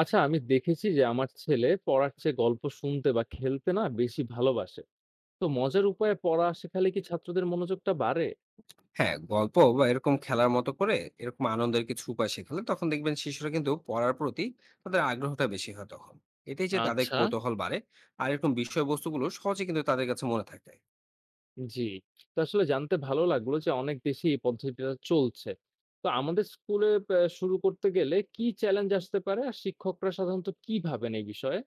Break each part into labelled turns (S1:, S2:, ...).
S1: আচ্ছা, আমি দেখেছি যে আমার ছেলে পড়ার চেয়ে গল্প শুনতে বা খেলতে না বেশি ভালোবাসে। তো মজার উপায়ে পড়া শেখালে কি ছাত্রদের মনোযোগটা বাড়ে?
S2: হ্যাঁ, গল্প বা এরকম খেলার মতো করে এরকম আনন্দের কিছু উপায় শেখালে তখন দেখবেন শিশুরা কিন্তু পড়ার প্রতি তাদের আগ্রহটা বেশি হয় তখন। এটাই যে তাদের
S1: আচ্ছা।
S2: কৌতূহল বাড়ে আর এরকম বিষয়বস্তুগুলো সহজে কিন্তু তাদের কাছে মনে থাকে।
S1: জি। তো আসলে জানতে ভালো লাগলো যে অনেক দেশে এই পদ্ধতিটা চলছে। তো আমাদের স্কুলে শুরু করতে গেলে কি চ্যালেঞ্জ আসতে পারে আর শিক্ষকরা সাধারণত কি ভাবেন এই বিষয়ে?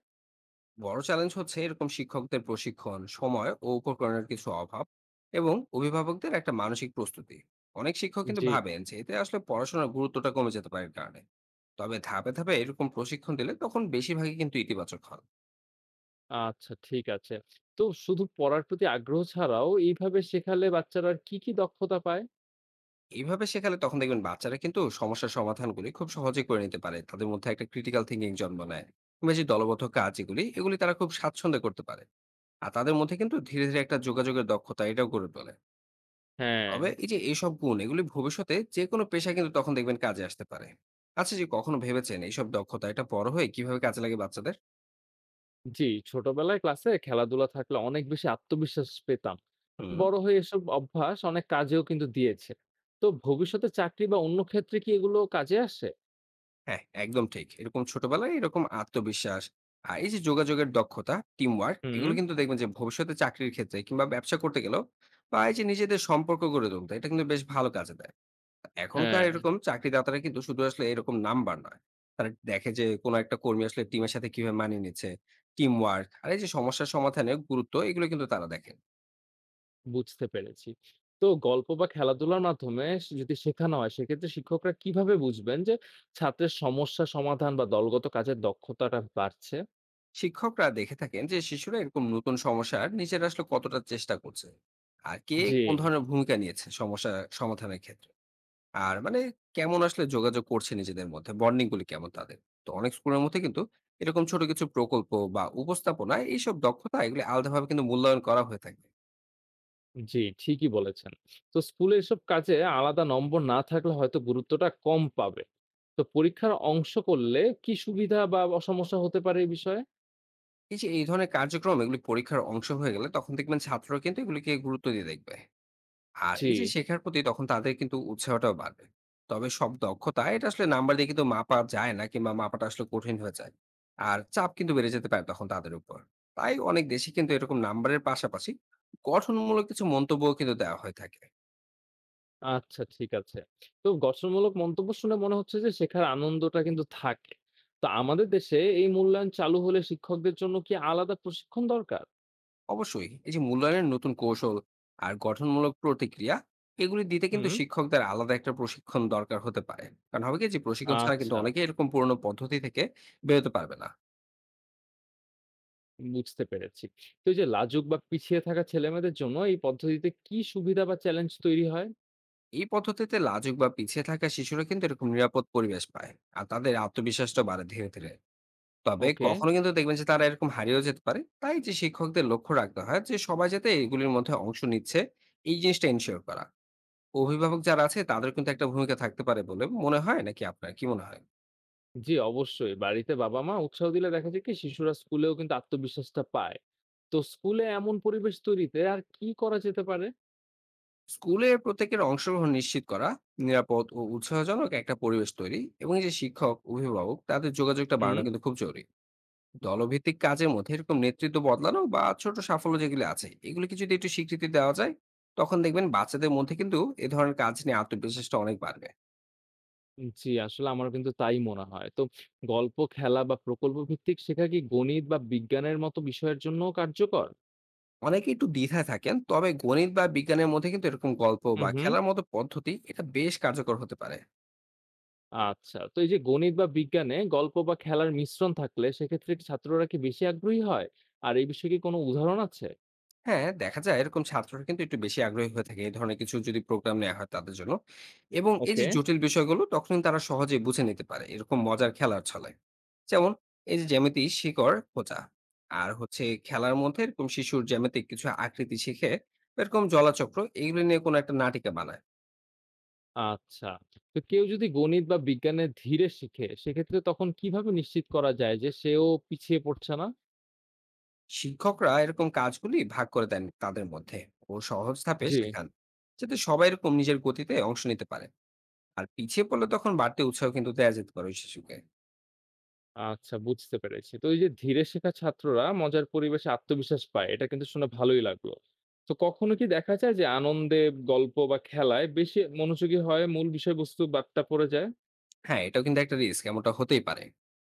S2: বড় চ্যালেঞ্জ হচ্ছে এরকম শিক্ষকদের প্রশিক্ষণ, সময় ও উপকরণের কিছু অভাব এবং অভিভাবকদের একটা মানসিক প্রস্তুতি। অনেক শিক্ষক কিন্তু
S1: জি।
S2: ভাবেন যে এতে আসলে পড়াশোনার গুরুত্বটা কমে যেতে পারে এর কারণে। তবে ধাপে ধাপে এরকম প্রশিক্ষণ দিলে তখন বেশিরভাগই কিন্তু ইতিবাচক হয়।
S1: আচ্ছা, ঠিক আছে। তো শুধু পড়ার প্রতি আগ্রহ ছাড়াও এইভাবে শেখালে বাচ্চারা আর কি কি দক্ষতা পায়?
S2: এইভাবে শেখালে তখন দেখবেন বাচ্চারা কিন্তু সমস্যার সমাধানগুলি খুব সহজে করে নিতে পারে, তাদের মধ্যে একটা ক্রিটিক্যাল থিঙ্কিং জন্ম নেয় কিংবা যে দলবদ্ধ কাজ এগুলি এগুলি তারা খুব স্বাচ্ছন্দ্যে করতে পারে। আর তাদের মধ্যে কিন্তু ধীরে ধীরে একটা যোগাযোগের দক্ষতা এটাও গড়ে তোলে।
S1: হ্যাঁ।
S2: তবে এই যে এইসব গুণ, এগুলি ভবিষ্যতে যে কোনো পেশা কিন্তু তখন দেখবেন কাজে আসতে পারে। আচ্ছা, যে কখনো ভেবেছেন এইসব দক্ষতা এটা বড় হয়ে কিভাবে কাজে লাগে বাচ্চাদের?
S1: জি, ছোটবেলায় ক্লাসে খেলাধুলা থাকলে অনেক বেশি আত্মবিশ্বাস পেতাম।
S2: হুম।
S1: বড় হয়ে এসব অভ্যাস অনেক কাজেও কিন্তু দিয়েছে। তো ভবিষ্যতে চাকরি বা অন্য ক্ষেত্রে কি এগুলো কাজে আসে?
S2: হ্যাঁ, একদম ঠিক। এরকম ছোটবেলায় এরকম আত্মবিশ্বাস, এই যে যোগাযোগের দক্ষতা, টিম ওয়ার্ক,
S1: হুম।
S2: এগুলো কিন্তু দেখবেন যে ভবিষ্যতে চাকরির ক্ষেত্রে কিংবা ব্যবসা করতে গেলেও বা এই যে নিজেদের সম্পর্ক গড়ে তুলতে এটা কিন্তু বেশ ভালো কাজে দেয়। এখনকার
S1: হ্যাঁ।
S2: এরকম চাকরিদাতারা কিন্তু শুধু আসলে এরকম নাম্বার নয়। তারা দেখে যে কোন একটা কর্মী আসলে টিমের সাথে কিভাবে মানিয়ে নিচ্ছে, টিম ওয়ার্ক আর এই যে সমস্যার সমাধানের গুরুত্ব, এগুলো কিন্তু তারা দেখেন।
S1: বুঝতে পেরেছি। তো গল্প বা খেলাধুলার মাধ্যমে যদি শেখানো হয় সেক্ষেত্রে শিক্ষকরা কিভাবে বুঝবেন যে ছাত্রের সমস্যা সমাধান বা দলগত কাজের দক্ষতাটা বাড়ছে?
S2: শিক্ষকরা দেখে থাকেন যে শিশুরা এরকম নতুন সমস্যার নিজেরা আসলে কতটা চেষ্টা করছে আর কে
S1: জি।
S2: কোন ধরনের ভূমিকা নিয়েছে সমস্যা সমাধানের ক্ষেত্রে, আর মানে কেমন আসলে যোগাযোগ করছে, নিজেদের মধ্যে বন্ডিং গুলি কেমন তাদের। তো অনেক স্কুলের মধ্যে কিন্তু এরকম ছোট কিছু প্রকল্প বা উপস্থাপনা, এইসব দক্ষতা এগুলি আলাদাভাবে কিন্তু মূল্যায়ন করা হয়ে থাকে।
S1: জি, ঠিকই বলেছেন। তো স্কুলে এসব কাজে আলাদা নম্বর না থাকলে হয়তো গুরুত্বটা কম পাবে। তো পরীক্ষার অংশ করলে কি সুবিধা বা সমস্যা হতে পারে এই বিষয়ে?
S2: এই যে এই ধরনের কার্যক্রম এগুলি পরীক্ষার অংশ হয়ে গেলে তখন দেখবেন ছাত্ররা কিন্তু এগুলিকে গুরুত্ব দিয়ে দেখবে আর
S1: জি,
S2: এই যে শেখার প্রতি তখন তাদের কিন্তু উৎসাহটাও বাড়বে। তবে সব দক্ষতা এটা আসলে নাম্বার দিয়ে কিন্তু মাপা যায় না, কিংবা মাপাটা আসলে কঠিন হয়ে যায়। আর চাপ কিন্তু বেড়ে যেতে পারে তখন তাদের উপর। তাই অনেক দেশে কিন্তু এরকম নাম্বারের পাশাপাশি গঠনমূলক কিছু মন্তব্যও কিন্তু দেওয়া হয়ে থাকে।
S1: আচ্ছা, ঠিক আছে। তো গঠনমূলক মন্তব্য শুনে মনে হচ্ছে যে শেখার আনন্দটা কিন্তু থাকে। তো আমাদের দেশে এই মূল্যায়ন চালু হলে শিক্ষকদের জন্য কি আলাদা প্রশিক্ষণ দরকার?
S2: অবশ্যই এই যে মূল্যায়নের নতুন কৌশল আর গঠনমূলক প্রতিক্রিয়া এগুলি দিতে কিন্তু
S1: হুম।
S2: শিক্ষকদের আলাদা একটা প্রশিক্ষণ দরকার হতে পারে। কারণ হবে কি যে প্রশিক্ষণ ছাড়া কিন্তু
S1: আচ্ছা,
S2: অনেকে এরকম পুরনো পদ্ধতি থেকে বেরোতে পারবে না।
S1: বুঝতে পেরেছি। তো এই যে লাজুক বা পিছিয়ে থাকা ছেলেমেয়েদের জন্য এই পদ্ধতিতে কি সুবিধা বা চ্যালেঞ্জ তৈরি হয়?
S2: এই পদ্ধতিতে লাজুক বা পিছিয়ে থাকা শিশুরা কিন্তু এরকম নিরাপদ পরিবেশ পায় আর তাদের আত্মবিশ্বাসটা বাড়ে ধীরে ধীরে। তবে
S1: ওকে।
S2: কখনো কিন্তু দেখবেন যে তারা এরকম হারিয়েও যেতে পারে, তাই যে শিক্ষকদের লক্ষ্য রাখতে হয় যে সবাই যাতে এগুলির মধ্যে অংশ নিচ্ছে, এই জিনিসটা এনশিওর করা। অভিভাবক যারা আছে তাদের কিন্তু একটা ভূমিকা থাকতে পারে বলে মনে হয়, নাকি আপনার কি মনে হয়?
S1: জি, অবশ্যই। বাড়িতে বাবা-মা উৎসাহ দিলে দেখা যায় কি শিশুরা স্কুলেও কিন্তু আত্মবিশ্বাসটা পায়। তো স্কুলে এমন পরিবেশ তৈরিতে আর কি করা যেতে পারে?
S2: স্কুলে প্রত্যেকের অংশগ্রহণ নিশ্চিত করা, নিরাপদ ও উৎসাহজনক একটা পরিবেশ তৈরি, এবং এই যে শিক্ষক অভিভাবক তাদের যোগাযোগটা বাড়ানো
S1: হুম।
S2: কিন্তু খুব জরুরি। দলভিত্তিক কাজের মধ্যে এরকম নেতৃত্ব বদলানো বা ছোট সাফল্য যেগুলো আছে এগুলোকে যদি একটু স্বীকৃতি দেওয়া যায়, তখন দেখবেন বাচ্চাদের মধ্যে কিন্তু এ ধরনের কাজ নিয়ে আত্মবিশ্বাসটা অনেক বাড়বে।
S1: জি, আসলে আমারও কিন্তু তাই মনে হয়। তো গল্প, খেলা বা প্রকল্প ভিত্তিক শেখা কি গণিত বা বিজ্ঞানের মতো বিষয়ের জন্যও কার্যকর?
S2: অনেকে একটু দ্বিধায় থাকেন, তবে গণিত বা বিজ্ঞানের মধ্যে কিন্তু এরকম গল্প বা
S1: হুম।
S2: খেলার মতো পদ্ধতি এটা বেশ কার্যকর হতে পারে।
S1: আচ্ছা। তো এই যে গণিত বা বিজ্ঞানে গল্প বা খেলার মিশ্রণ থাকলে সেক্ষেত্রে কি ছাত্ররা কি বেশি আগ্রহী হয়? আর এই বিষয়ে কি কোনো উদাহরণ আছে?
S2: হ্যাঁ, দেখা যায় এরকম ছাত্ররা কিন্তু একটু বেশি আগ্রহী হয়ে থাকে এই ধরনের কিছু যদি প্রোগ্রাম নেওয়া হয় তাদের জন্য। এবং এই যে
S1: ওকে।
S2: জটিল বিষয়গুলো তখন কিন্তু তারা সহজেই বুঝে নিতে পারে এরকম মজার খেলার ছলে। যেমন এই যে জ্যামিতি শিকড় খোঁজা আর হচ্ছে খেলার মধ্যে এরকম শিশুর জ্যামিতিক কিছু আকৃতি শিখে এরকম জলাচক্র এগুলো নিয়ে কোনো একটা নাটিকা বানায়।
S1: আচ্ছা। তো কেউ যদি গণিত বা বিজ্ঞানে ধীরে শিখে, সেক্ষেত্রে তখন কিভাবে নিশ্চিত করা যায় যে সেও পিছিয়ে পড়ছে না?
S2: শিক্ষকরা এরকম কাজগুলি ভাগ করে দেন তাদের মধ্যে ও সহজ ধাপে
S1: জি।
S2: শেখান, যাতে সবাই এরকম নিজের গতিতে অংশ নিতে পারে। আর পিছিয়ে পড়লে তখন বাড়তি উৎসাহ কিন্তু দেয়া যেতে পারে ওই শিশুকে।
S1: আচ্ছা, বুঝতে পেরেছি। তো এই যে ধীরে শেখা ছাত্ররা মজার পরিবেশে আত্মবিশ্বাস পায়, এটা কিন্তু শুনে ভালোই লাগলো। তো কখনো কি দেখা যায় যে আনন্দে, গল্প বা খেলায় বেশি মনোযোগী হয়, মূল বিষয়বস্তু বাদটা পড়ে যায়?
S2: হ্যাঁ, এটাও কিন্তু একটা রিস্ক, এমনটা হতেই পারে।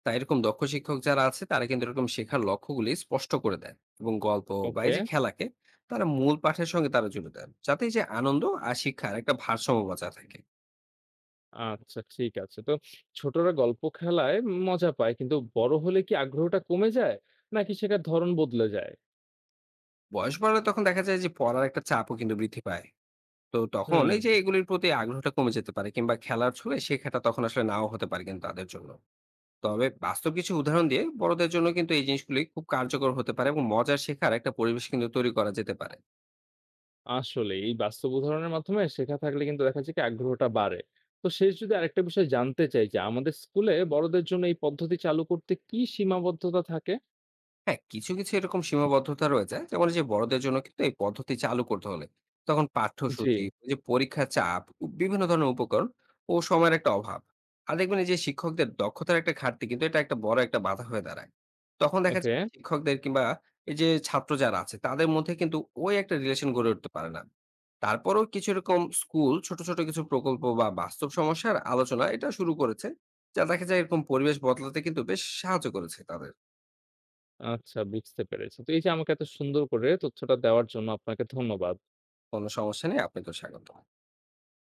S2: তাই এরকম দক্ষ শিক্ষক যারা আছে তারা কিন্তু এরকম শেখার লক্ষ্যগুলি স্পষ্ট করে দেন এবং গল্প বা এই
S1: ওকে,
S2: যে খেলাকে তারা মূল পাঠের সঙ্গে জুড়ে দেন, যাতে এই যে আনন্দ আর শিক্ষার একটা ভারসাম্য বজায় থাকে।
S1: আচ্ছা, ঠিক আছে। তো ছোটরা গল্প খেলায় মজা পায়, কিন্তু বড় হলে কি আগ্রহটা কমে যায়? নাকি শেখার ধরন বদলে যায়?
S2: বয়স বাড়লে তখন দেখা যায় যে পড়ার একটা চাপও কিন্তু বৃদ্ধি পায়। তো তখন
S1: হুম।
S2: এই যে এগুলির প্রতি আগ্রহটা কমে যেতে পারে কিংবা খেলার ছলে শেখাটা তখন আসলে নাও হতে পারে কিন্তু তাদের জন্য। তবে বাস্তব কিছু উদাহরণ দিয়ে বড়দের জন্য কিন্তু এই জিনিসগুলি খুব কার্যকর হতে পারে এবং মজার শেখার একটা পরিবেশ কিন্তু তৈরি করা যেতে পারে।
S1: আসলেই এই বাস্তব উদাহরণের মাধ্যমে শেখা থাকলে কিন্তু দেখা যায় কি আগ্রহটা বাড়ে। তো শেষ যদি আরেকটা বিষয় জানতে চাই যে আমাদের স্কুলে বড়দের জন্য এই পদ্ধতি চালু করতে কি সীমাবদ্ধতা থাকে?
S2: হ্যাঁ, কিছু এরকম সীমাবদ্ধতা রয়েছে। যেমন এই যে বড়দের জন্য কিন্তু এই পদ্ধতি চালু করতে হলে তখন
S1: জি,
S2: পাঠ্যসূচি, ওই যে পরীক্ষার চাপ, ও বিভিন্ন ধরনের উপকরণ ও সময়ের একটা অভাব। আর দেখবেন এই যে শিক্ষকদের দক্ষতার একটা ঘাটতি কিন্তু এটা একটা বড় একটা বাধা হয়ে দাঁড়ায়। তখন দেখা যায়
S1: ওকে।
S2: যে শিক্ষকদের কিংবা এই যে ছাত্র যারা আছে তাদের মধ্যে কিন্তু ওই একটা রিলেশন গড়ে উঠতে পারে না। তারপরেও কিছু এরকম স্কুল ছোট ছোট কিছু প্রকল্প বা বাস্তব সমস্যার আলোচনা এটা শুরু করেছে, যা দেখা যায় এরকম পরিবেশ বদলাতে কিন্তু বেশ সাহায্য করেছে তাদের।
S1: আচ্ছা, বুঝতে পেরেছি। তো এই যে আমাকে এত সুন্দর করে তথ্যটা দেওয়ার জন্য আপনাকে ধন্যবাদ।
S2: কোনো সমস্যা নেই। আপনাকেও স্বাগতম।